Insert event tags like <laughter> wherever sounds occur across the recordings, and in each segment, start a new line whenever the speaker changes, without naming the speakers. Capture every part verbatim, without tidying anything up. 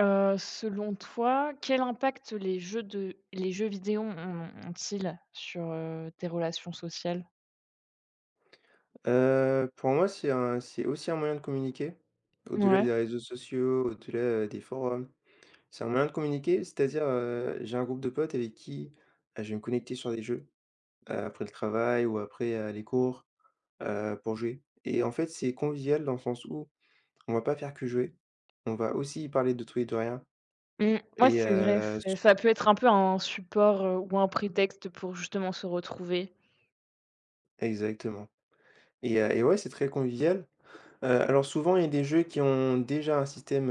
Heu, selon toi, quel impact les jeux de les jeux vidéo ont ont-ils sur, heu, tes relations sociales?
Heu, pour moi, c'est un c'est aussi un moyen de communiquer, au-delà
Ouais.
des réseaux sociaux, au-delà, heu, des forums. C'est un moyen de communiquer, c'est-à-dire, heu, j'ai un groupe de potes avec qui, heu, je vais me connecter sur des jeux, heu, après le travail ou après, heu, les cours, heu, pour jouer et en fait, c'est convivial dans le sens où on va pas faire que jouer, on va aussi parler de tout et de rien.
Mmh. Ouais,
Et
c'est vrai,
heu, s
c'est ça peut être un peu un support, heu, ou un prétexte pour justement se retrouver.
Exactement. Et heu et ouais, c'est très convivial. Heu, alors souvent, il y a des jeux qui ont déjà un système.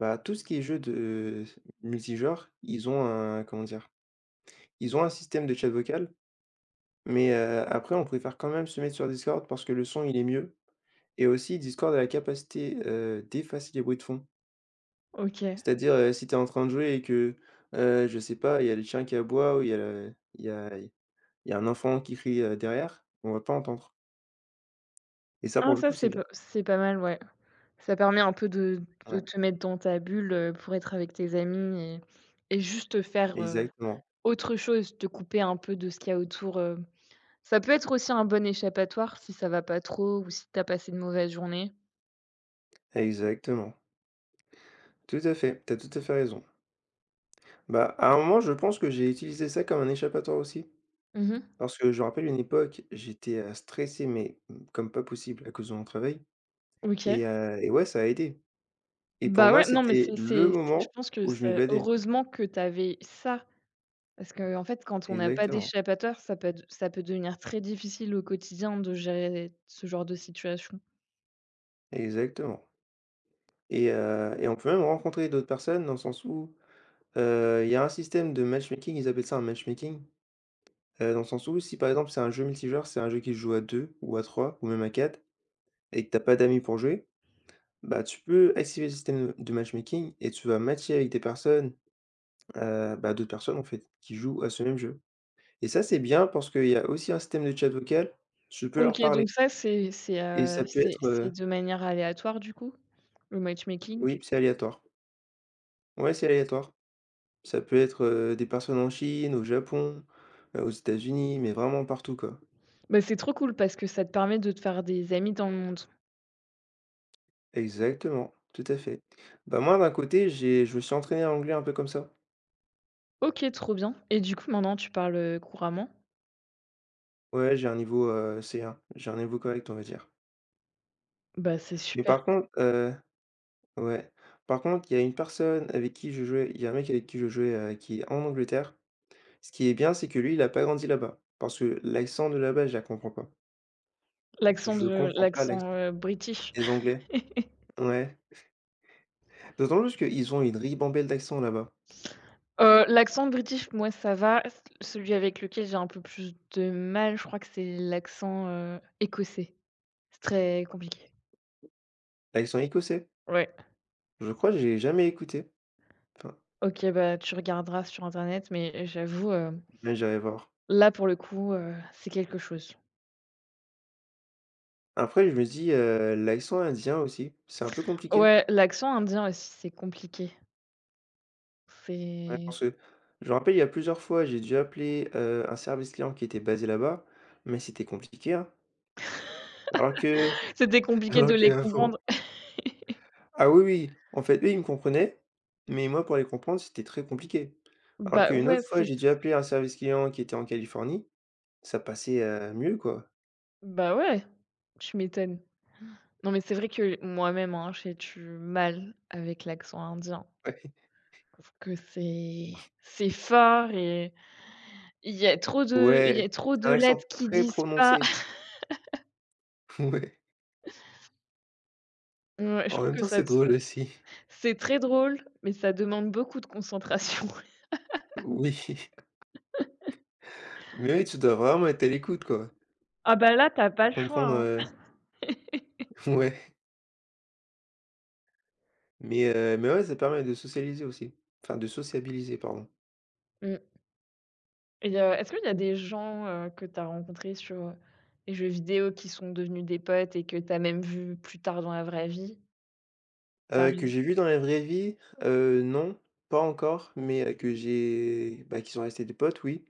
Bah, tout ce qui est jeu de multigenre, ils ont un, comment dire? Ils ont un système de chat vocal, mais heu, après on préfère quand même se mettre sur Discord parce que le son il est mieux et aussi Discord a la capacité, heu, d'effacer les bruits de fond.
OK.
C'est-à-dire, heu, si tu es en train de jouer et que, heu, je sais pas, il y a le chien qui aboie ou il y a le il y a il y a un enfant qui crie, heu, derrière, on va pas entendre et ça
Ah,
pour le
ça
coup
c'est
c'est bien.
pas c'est pas mal, ouais. Ça permet un peu de de
Ouais,
te mettre dans ta bulle, heu, pour être avec tes amis et et juste faire, heu,
exactement,
autre chose, te couper un peu de ce qu'il y a autour, heu Ça peut être aussi un bon échappatoire si ça va pas trop ou si tu as passé une mauvaise journée.
exactement. Tout à fait, t'as tout à fait raison. Bah, à un moment je pense que j'ai utilisé ça comme un échappatoire aussi.
Mmh mh.
Parce que je me rappelle une époque, j'étais, heu, stressé, mais mmh, comme pas possible à cause de mon travail
OK.
et heu et ouais, ça a aidé et pour
Bah,
moi,
ouais, non, mais
c'était
c'est
le
c'est c'est je
moment
pense que
où je
c'est
m'évadais.
heureusement que tu avais ça, parce qu'en fait, quand on n'a pas
Exactement,
d'échappatoire, ça peut être ça peut devenir très difficile au quotidien de gérer ce genre de situation.
exactement. Et heu et on peut même rencontrer d'autres personnes dans le sens où, heu, il y a un système de matchmaking, ils appellent ça un matchmaking, heu, dans le sens où si, par exemple, c'est un jeu multijoueur, c'est un jeu qui se joue à deux ou à trois ou même à quatre et que t'as pas d'amis pour jouer, bah, tu peux activer le système de matchmaking et tu vas matcher avec des personnes. Heu, bah, d'autres personnes, en fait, qui jouent à ce même jeu et ça, c'est bien parce qu'il y a aussi un système de chat vocal. Je peux leur
OK,
parler
donc ça, c'est c'est,
et
heu,
ça peut
c'est
être,
c'est
heu
de manière aléatoire, du coup, le matchmaking?
oui, c'est aléatoire. Ouais, c'est aléatoire. Ça peut être, heu, des personnes en Chine, au Japon, heu, aux États-Unis, mais vraiment partout, quoi.
Bah, c'est trop cool parce que ça te permet de te faire des amis dans le monde.
Exactement, tout à fait. Bah, moi, d'un côté, j'ai je me suis entraîné en anglais un peu comme ça.
OK, trop bien. Et du coup, maintenant tu parles, heu, couramment?
Ouais, j'ai un niveau, heu, C un. J'ai un niveau correct, on va dire.
Bah, c'est
Mais
super.
par contre, heu ouais, par contre, il y a une personne avec qui je jouais il y a un mec avec qui je jouais, heu, qui est en Angleterre. Ce qui est bien, c'est que lui, il a pas grandi là-bas, parce que l'accent de là-bas, je la comprends pas.
L'accent
Je
de
comprends pas
l'accent,
l'accent
heu, british.
des Anglais. Ouais. D'autant plus qu'ils ont une ribambelle d'accents là-bas.
Heu, l'accent british, moi, ça va. C Celui avec lequel j'ai un peu plus de mal, je crois que c'est l'accent, heu, écossais. C'est très compliqué.
L'accent écossais,
Ouais.
je crois que j'ai jamais écouté. Enfin,
OK, bah, tu regarderas sur internet, mais j'avoue, heu,
mais j'irai voir.
là, pour le coup, heu, c'est quelque chose.
Après, je me dis, heu, l'accent indien aussi, c'est un peu compliqué.
Ouais, l'accent indien aussi, c'est compliqué.
Ouais,
C'est
parce que je me rappelle, il y a plusieurs fois, j'ai dû appeler, heu, un service client qui était basé là-bas, mais c'était compliqué, hein. Alors que
C'était
<laughs>
compliqué de
alors
les comprendre.
qu'avant ah oui, oui, en fait, eux, ils me comprenaient, mais moi, pour les comprendre, c'était très compliqué. Alors
Bah,
qu'une
ouais,
autre fois,
c'est s
j'ai dû appeler un service client qui était en Californie, ça passait, heu, mieux, quoi.
bah, ouais, tu m'étonnes. Non, mais c'est vrai que moi-même, hein, j'ai du mal avec l'accent indien.
<laughs>
Sauf que c'est c'est fort et il y a trop
Ouais,
de il y a
ouais,
trop
c'est
de
un
lettres
accent
qui
très
disent pas.
prononcé.
<laughs>
<laughs> Ouais.
Ouais, je
En
trouve
même
que
temps,
ça
c'est
ça
drôle aussi.
c'est très drôle, mais ça demande beaucoup de concentration. <laughs>
Oui, <laughs> mais oui, tu dois vraiment être à l'écoute, quoi,
Ah bah, là, tu as pas
pour
le choix,
comprendre,
hein.
heu, <laughs> ouais, mais heu, mais ouais, ça permet de socialiser aussi, enfin de sociabiliser, pardon.
Mmh. Et heu, est-ce qu'il y a des gens, heu, que tu as rencontrés sur, heu, les jeux vidéo, qui sont devenus des potes et que tu as même vus plus tard dans la vraie vie? Ça
Heu, que
arrive?
j'ai vu dans la vraie vie? Heu, non, pas encore, mais heu, que j'ai bah, qui sont restés des potes, oui.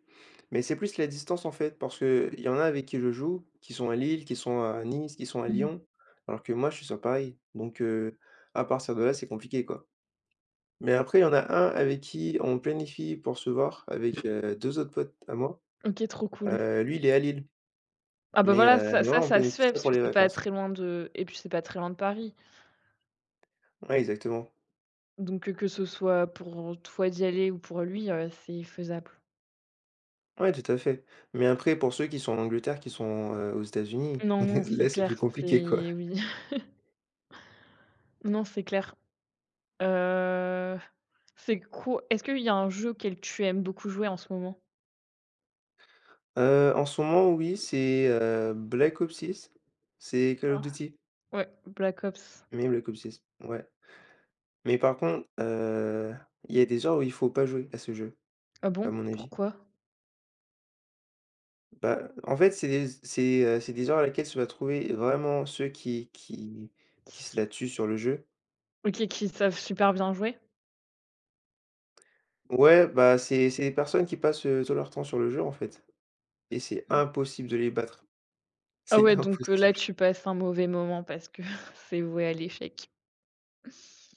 Mais c'est plus la distance, en fait, parce qu'il y en a avec qui je joue, qui sont à Lille, qui sont à Nice, qui sont à
Mmh mh.
Lyon, alors que moi, je suis sur Paris. Donc heu, à partir de là, c'est compliqué, quoi. Mais après, il y en a un avec qui on planifie pour se voir avec, heu, deux autres potes à moi.
OK, trop cool.
Heu, lui, il est à Lille,
Ah bah,
mais
voilà,
heu,
ça
mais ouais,
ça
on
ça se
planifie
fait,
ça
parce
pour
que
les
c'est pas
vacances.
très loin de et puis c'est pas très loin de Paris.
Ouais, exactement.
Donc, que ce soit pour toi d'y aller ou pour lui, heu, c'est faisable.
Ouais, tout à fait. Mais après, pour ceux qui sont en Angleterre, qui sont, heu, aux États-Unis,
Non, non,
<laughs>
c'est
là, c'est
clair,
plus
c'est
compliqué, quoi.
oui. <laughs> Non, c'est clair. Heu, c'est quoi Est-ce qu'il y a un jeu auquel tu aimes beaucoup jouer en ce moment?
Heu, en ce moment, oui, c'est, heu, Black Ops six, c'est Call of
Ah,
Duty,
ouais, Black Ops.
mais Black Ops six, ouais. Mais par contre, heu, il y a des heures où il faut pas jouer à ce jeu,
Ah bon?
à mon avis.
Pourquoi?
Bah, en fait, c'est des c'est, heu, c'est des heures à laquelle se va trouver vraiment ceux qui qui
Qui
qui
s
se la tuent sur le jeu.
OK, qui savent super bien jouer?
Ouais, bah, c'est c'est des personnes qui passent, heu, tout leur temps sur le jeu, en fait et c'est impossible de les battre.
Ah
C'est
ouais,
<laughs>
donc, heu, là,
impossible.
tu passes un mauvais moment parce que <laughs> c'est voué à l'échec.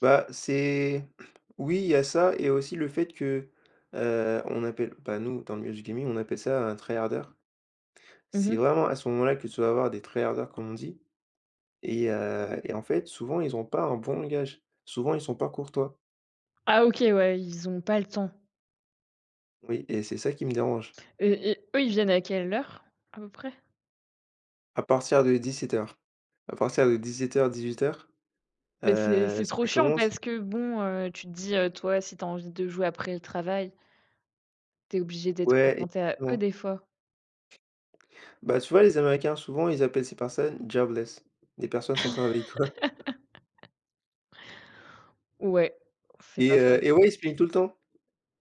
Bah, c'est <clears throat> oui, il y a ça et aussi le fait que, heu, on appelle bah, nous, dans le milieu du gaming, on appelle ça un tryharder.
Mmh
C'est
mh.
vraiment à ce moment-là que tu vas avoir des tryharders, comme on dit et heu et en fait, souvent, ils ont pas un bon langage. Souvent, ils sont pas courtois.
Ah, OK, ouais, ils ont pas le temps.
Oui et c'est ça qui me dérange.
Et et eux, ils viennent à quelle heure, à peu près?
À partir de dix sept heures à partir de dix-sept heures-dix-huit heures,
Mais c'est
heu,
c'est trop
ça
chiant,
commence.
parce que bon, heu, tu te dis, heu, toi, si tu as envie de jouer après le travail, tu es obligé d'être
Ouais,
confronté à eux
exactement.
des fois.
Bah, tu vois, les Américains, souvent, ils appellent ces personnes jobless, des personnes sans travail, quoi
Ouais, c'est pas
et heu
faux.
et ouais, ils se plaignent tout le temps.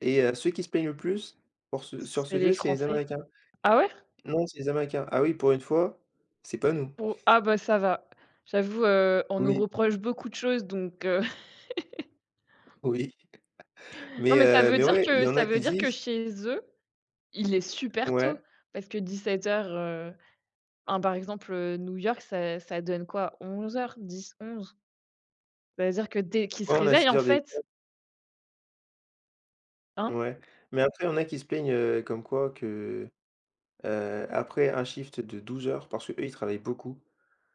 Et heu, ceux qui se plaignent le plus pour ce sur
C'est
ce
les
jeu, c'est les
Français.
Américains.
Ah, ouais?
Non, c'est les Américains. Ah oui, pour une fois, c'est pas nous.
Pour Ah bah, ça va. J'avoue, heu, on nous
Oui,
reproche beaucoup de choses, donc heu,
oui,
<laughs> non,
mais
mais ça
heu,
veut
mais
dire
ouais, il
que
y en
ça
a
veut
qui
dire que
disent
chez eux, il est super tôt,
ouais,
parce que dix-sept heures, heu, hein, par exemple, heu, New York, ça ça donne quoi? Onze heures dix, onze. Ça veut dire que dès qu'ils
ouais,
se
on a
réveillent,
six
en
heures dé
fait, hein?
ouais, mais après, il y en a qui se plaignent, heu, comme quoi que, heu, après un shift de douze heures, parce que eux, ils travaillent beaucoup,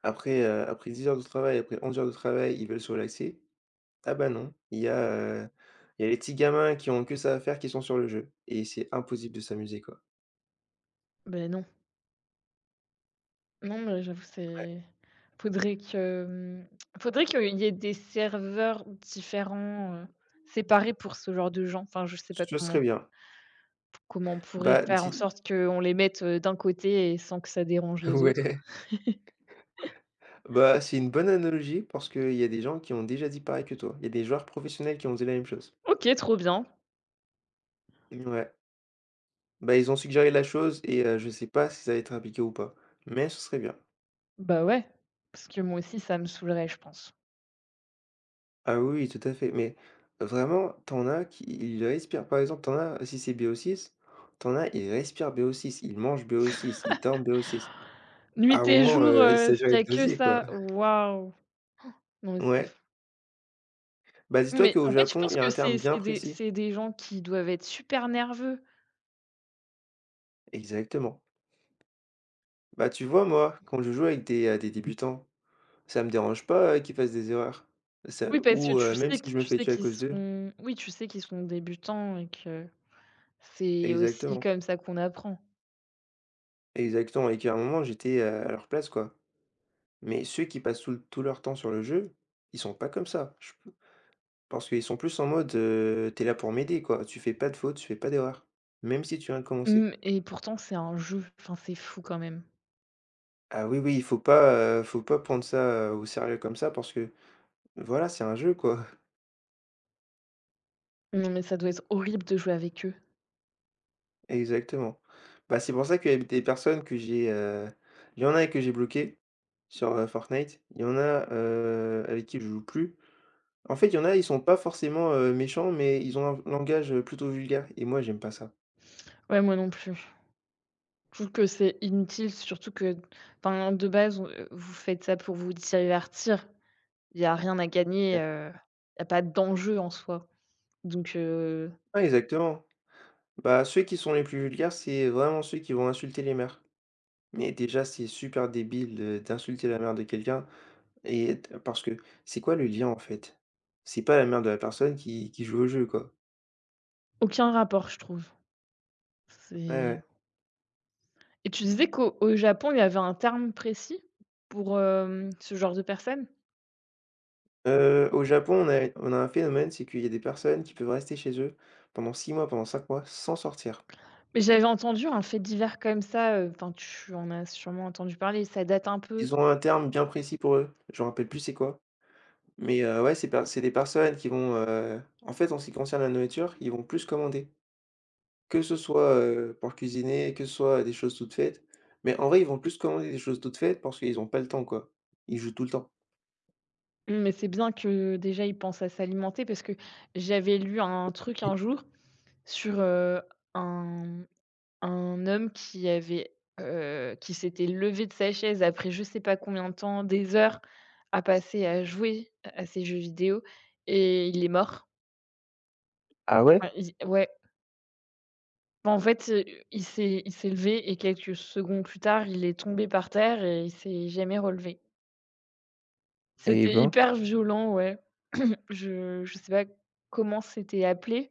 après, heu, après dix heures de travail, après onze heures de travail, ils veulent se relaxer. Ah bah non, il y a, heu, il y a les petits gamins qui ont que ça à faire, qui sont sur le jeu et c'est impossible de s'amuser, quoi.
Ben non. Non, mais j'avoue, c'est... Faudrait que, mmh, faudrait qu'il y ait des serveurs différents, heu, séparés pour ce genre de gens. Enfin, je sais pas
Ce
comment
serait bien.
comment on pourrait
Bah,
faire en
dis
sorte qu'on les mette, heu, d'un côté et sans que ça dérange les autres.
Ouais, bah, c'est une bonne analogie parce qu'il y a des gens qui ont déjà dit pareil que toi. Il y a des joueurs professionnels qui ont dit la même chose.
OK, trop bien.
Ouais. Bah, ils ont suggéré la chose et heu, je sais pas si ça va être appliqué ou pas, mais ce serait bien.
Bah, ouais, parce que moi aussi ça me saoulerait, je pense.
Ah oui, tout à fait, mais vraiment, t'en as qui ils respirent par exemple, t'en as, si c'est B O six, tu en as, ils respirent B O six, ils mangent B O six, ils dorment B O six. À
Nuit
un
et
moment,
jour,
heu, il
heu,
s'agirait
s'il y
de
a que
doser, quoi.
ça, waouh! Non, mais c'est fou.
Ouais, bah, dis-toi
Mais
qu'au
en fait, je
Japon,
pense
il y a
que
un
c'est
terme bien
c'est des
précis.
c'est des gens qui doivent être super nerveux.
Exactement. Bah, tu vois, moi, quand je joue avec des, heu, des débutants, ça me dérange pas, heu, qu'ils fassent des erreurs. Ça
Oui, parce que
ou,
tu
heu, même
sais
si
qui
je me
tu
fais
sais
tuer à
qu'ils
cause d'eux.
sont oui, tu sais qu'ils sont débutants et que... C'est aussi
Exactement,
comme ça qu'on apprend.
exactement et qu'à un moment j'étais, heu, à leur place, quoi. Mais ceux qui passent tout l tout leur temps sur le jeu, ils sont pas comme ça. Je p pense qu'ils sont plus en mode, heu: «Tu es là pour m'aider, quoi. Tu fais pas de fautes, tu fais pas d'erreurs, même si tu viens de
Mmh.
commencer».
Et pourtant c'est un jeu, enfin c'est fou quand même.
Ah oui, oui, il faut pas, heu, faut pas prendre ça, heu, au sérieux comme ça parce que voilà, c'est un jeu, quoi.
Non, mais ça doit être horrible de jouer avec eux.
Exactement. Bah, c'est pour ça qu'il y a des personnes que j'ai, heu, il y en a que j'ai bloquées sur, heu, Fortnite. Il y en a, heu, avec qui je joue plus. En fait, il y en a, ils sont pas forcément, heu, méchants, mais ils ont un langage, heu, plutôt vulgaire et moi, j'aime pas ça.
Ouais, moi non plus. Je trouve que c'est inutile, surtout que, enfin, de base, on, heu, vous faites ça pour vous divertir. Il y a rien à gagner,
Ouais.
heu, il n'y a pas d'enjeu en soi. Donc, heu,
Ah, exactement. Bah, ceux qui sont les plus vulgaires, c'est vraiment ceux qui vont insulter les mères. Mais déjà, c'est super débile de d'insulter la mère de quelqu'un et parce que c'est quoi le lien, en fait? C'est pas la mère de la personne qui qui joue au jeu, quoi.
aucun rapport je trouve.
Ouais,
C'est
ouais.
Et tu disais qu'au au Japon, il y avait un terme précis pour, hem, ce genre de personnes?
Heu, au Japon, on a on a un phénomène, c'est qu'il y a des personnes qui peuvent rester chez eux pendant six mois, pendant cinq mois sans sortir.
Mais j'avais entendu un fait divers comme ça, heu, enfin, tu en as sûrement entendu parler, ça date un peu,
Ils ont un terme bien précis pour eux, je me rappelle plus c'est quoi, mais heu, ouais, c'est per c'est des personnes qui vont, heu, en fait, en ce qui concerne la nourriture, ils vont plus commander. Que ce soit, heu, pour cuisiner, que ce soit des choses toutes faites, mais en vrai, ils vont plus commander des choses toutes faites parce qu'ils ont pas le temps, quoi. Ils jouent tout le temps.
mais c'est bien que déjà ils pensent à s'alimenter, parce que j'avais lu un truc
Et
un jour sur, heu, un un homme qui avait, heu, qui s'était levé de sa chaise après, je sais pas combien de temps, des heures à passer à jouer à ces jeux vidéo, et il est mort.
ah ouais?
Enfin, il ouais, en fait, heu, il s'est il s'est levé et quelques secondes plus tard, il est tombé par terre et il s'est jamais relevé.
Eh
C'était
ben,
hyper violent, ouais. <clears throat> Je je sais pas comment c'était appelé,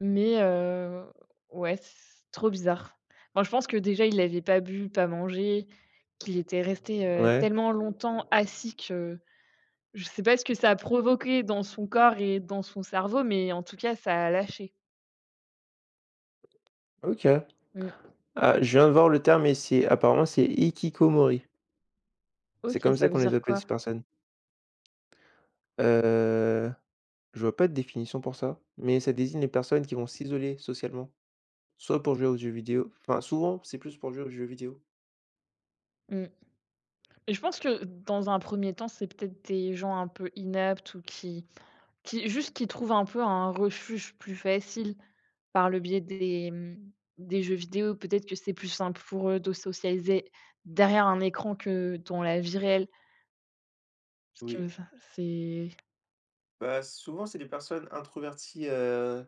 mais heu, ouais, c'est trop bizarre. Enfin, je pense que déjà il avait pas bu, pas mangé, qu'il était resté, heu,
ouais,
tellement longtemps assis que je sais pas ce que ça a provoqué dans son corps et dans son cerveau, mais en tout cas, ça a lâché.
OK.
Mmh.
Ah, je viens de voir le terme et c'est apparemment c'est ikikomori.
OK,
C'est comme
ça
ça
veut
qu'on les
dire
appelle
quoi?
ces personnes. Heu, je vois pas de définition pour ça, mais ça désigne les personnes qui vont s'isoler socialement, soit pour jouer aux jeux vidéo, enfin souvent, c'est plus pour jouer aux jeux vidéo.
Mmh. Mais je pense que dans un premier temps, c'est peut-être des gens un peu inaptes ou qui Qui juste qui trouvent un peu un refuge plus facile par le biais des, mmh, des jeux vidéo. Peut-être que c'est plus simple pour eux de socialiser derrière un écran que dans la vie réelle. Parce que
Oui,
ça c'est...
bah, souvent c'est des personnes introverties, heu,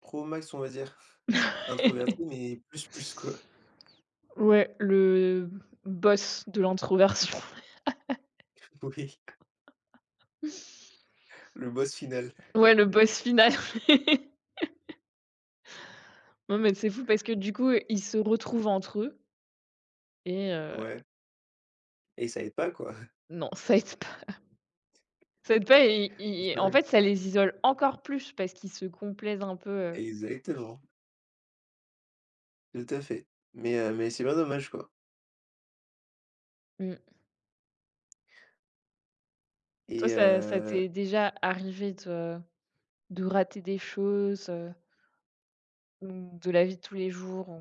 pro max on va dire. <laughs>
<laughs>
Introverties mais plus plus quoi.
Ouais, le boss de l'introversion.
<laughs> Oui,
<laughs>
le boss final.
Ouais, le boss final. <laughs> Non, mais c'est fou parce que du coup, ils se retrouvent entre eux et heu,
Ouais et ça aide pas quoi.
non, <laughs> ça aide pas, ça aide pas, et
<laughs>
ils en
Ouais,
fait, ça les isole encore plus, parce qu'ils se complaisent un peu, heu
exactement, tout à fait. Mais, heu, mais c'est bien dommage quoi
mmh. Toi,
et
ça ça
heu
t'est déjà arrivé de de rater des choses, heu, ou de la vie de tous les jours, ou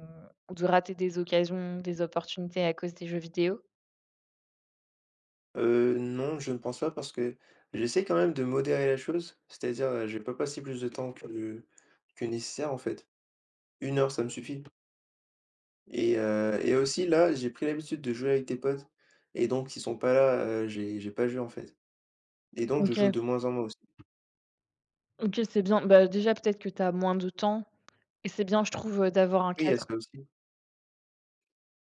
ou de rater des occasions, des opportunités à cause des jeux vidéo?
Heu, non, je ne pense pas parce que j'essaie quand même de modérer la chose, c'est-à-dire, heu, je vais pas passer plus de temps que que nécessaire, en fait. Une heure, ça me suffit et heu et aussi là, j'ai pris l'habitude de jouer avec tes potes et donc s'ils sont pas là, heu, j'ai j'ai pas joué, en fait et donc je joue
OK,
de moins en moins aussi.
OK, c'est bien. Bah, déjà, peut-être que tu as moins de temps, et c'est bien, je trouve, heu, d'avoir un
Oui, il y a
cadre.
ça aussi.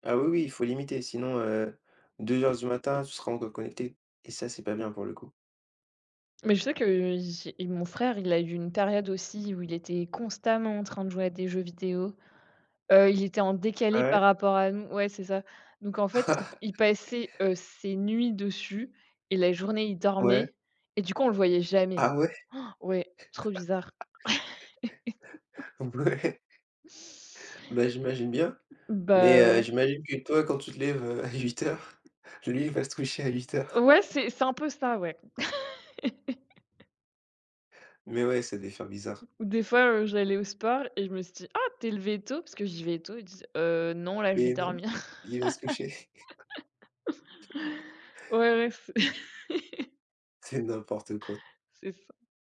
Ah oui, oui, il faut limiter, sinon, euh, deux heures du matin, tu seras encore connecté et ça, c'est pas bien pour le coup.
Mais je sais que, euh, j'ai mon frère, il a eu une période aussi où il était constamment en train de jouer à des jeux vidéo. Heu, il était en
Ah
décalé
ouais?
par rapport à nous. Ouais, c'est ça. Donc en fait, il p il
<laughs>
passait, heu, ses nuits dessus et la journée, il
Ouais.
dormait et du coup, on le voyait jamais.
Ah ouais?
Ouais, trop bizarre.
<laughs> Ouais. Bah, j'imagine bien. Mais
Bah,
heu,
ouais.
j'imagine que toi, quand tu te lèves, heu, à huit heures, <laughs> lui, il va se coucher à huit heures.
Ouais, c'est c'est un peu ça, ouais.
Mais ouais, ça devait faire bizarre.
Ou des fois, heu, j'allais au sport et je me suis dit: «Ah, tu t'es levé tôt?» parce que j'y vais tôt, et je dis: «Heu, non, là, je vais
Mais non,
dormir». <laughs>
il va se coucher,
Ouais, ouais, c'est <laughs>
<laughs> c'est n'importe quoi.
c'est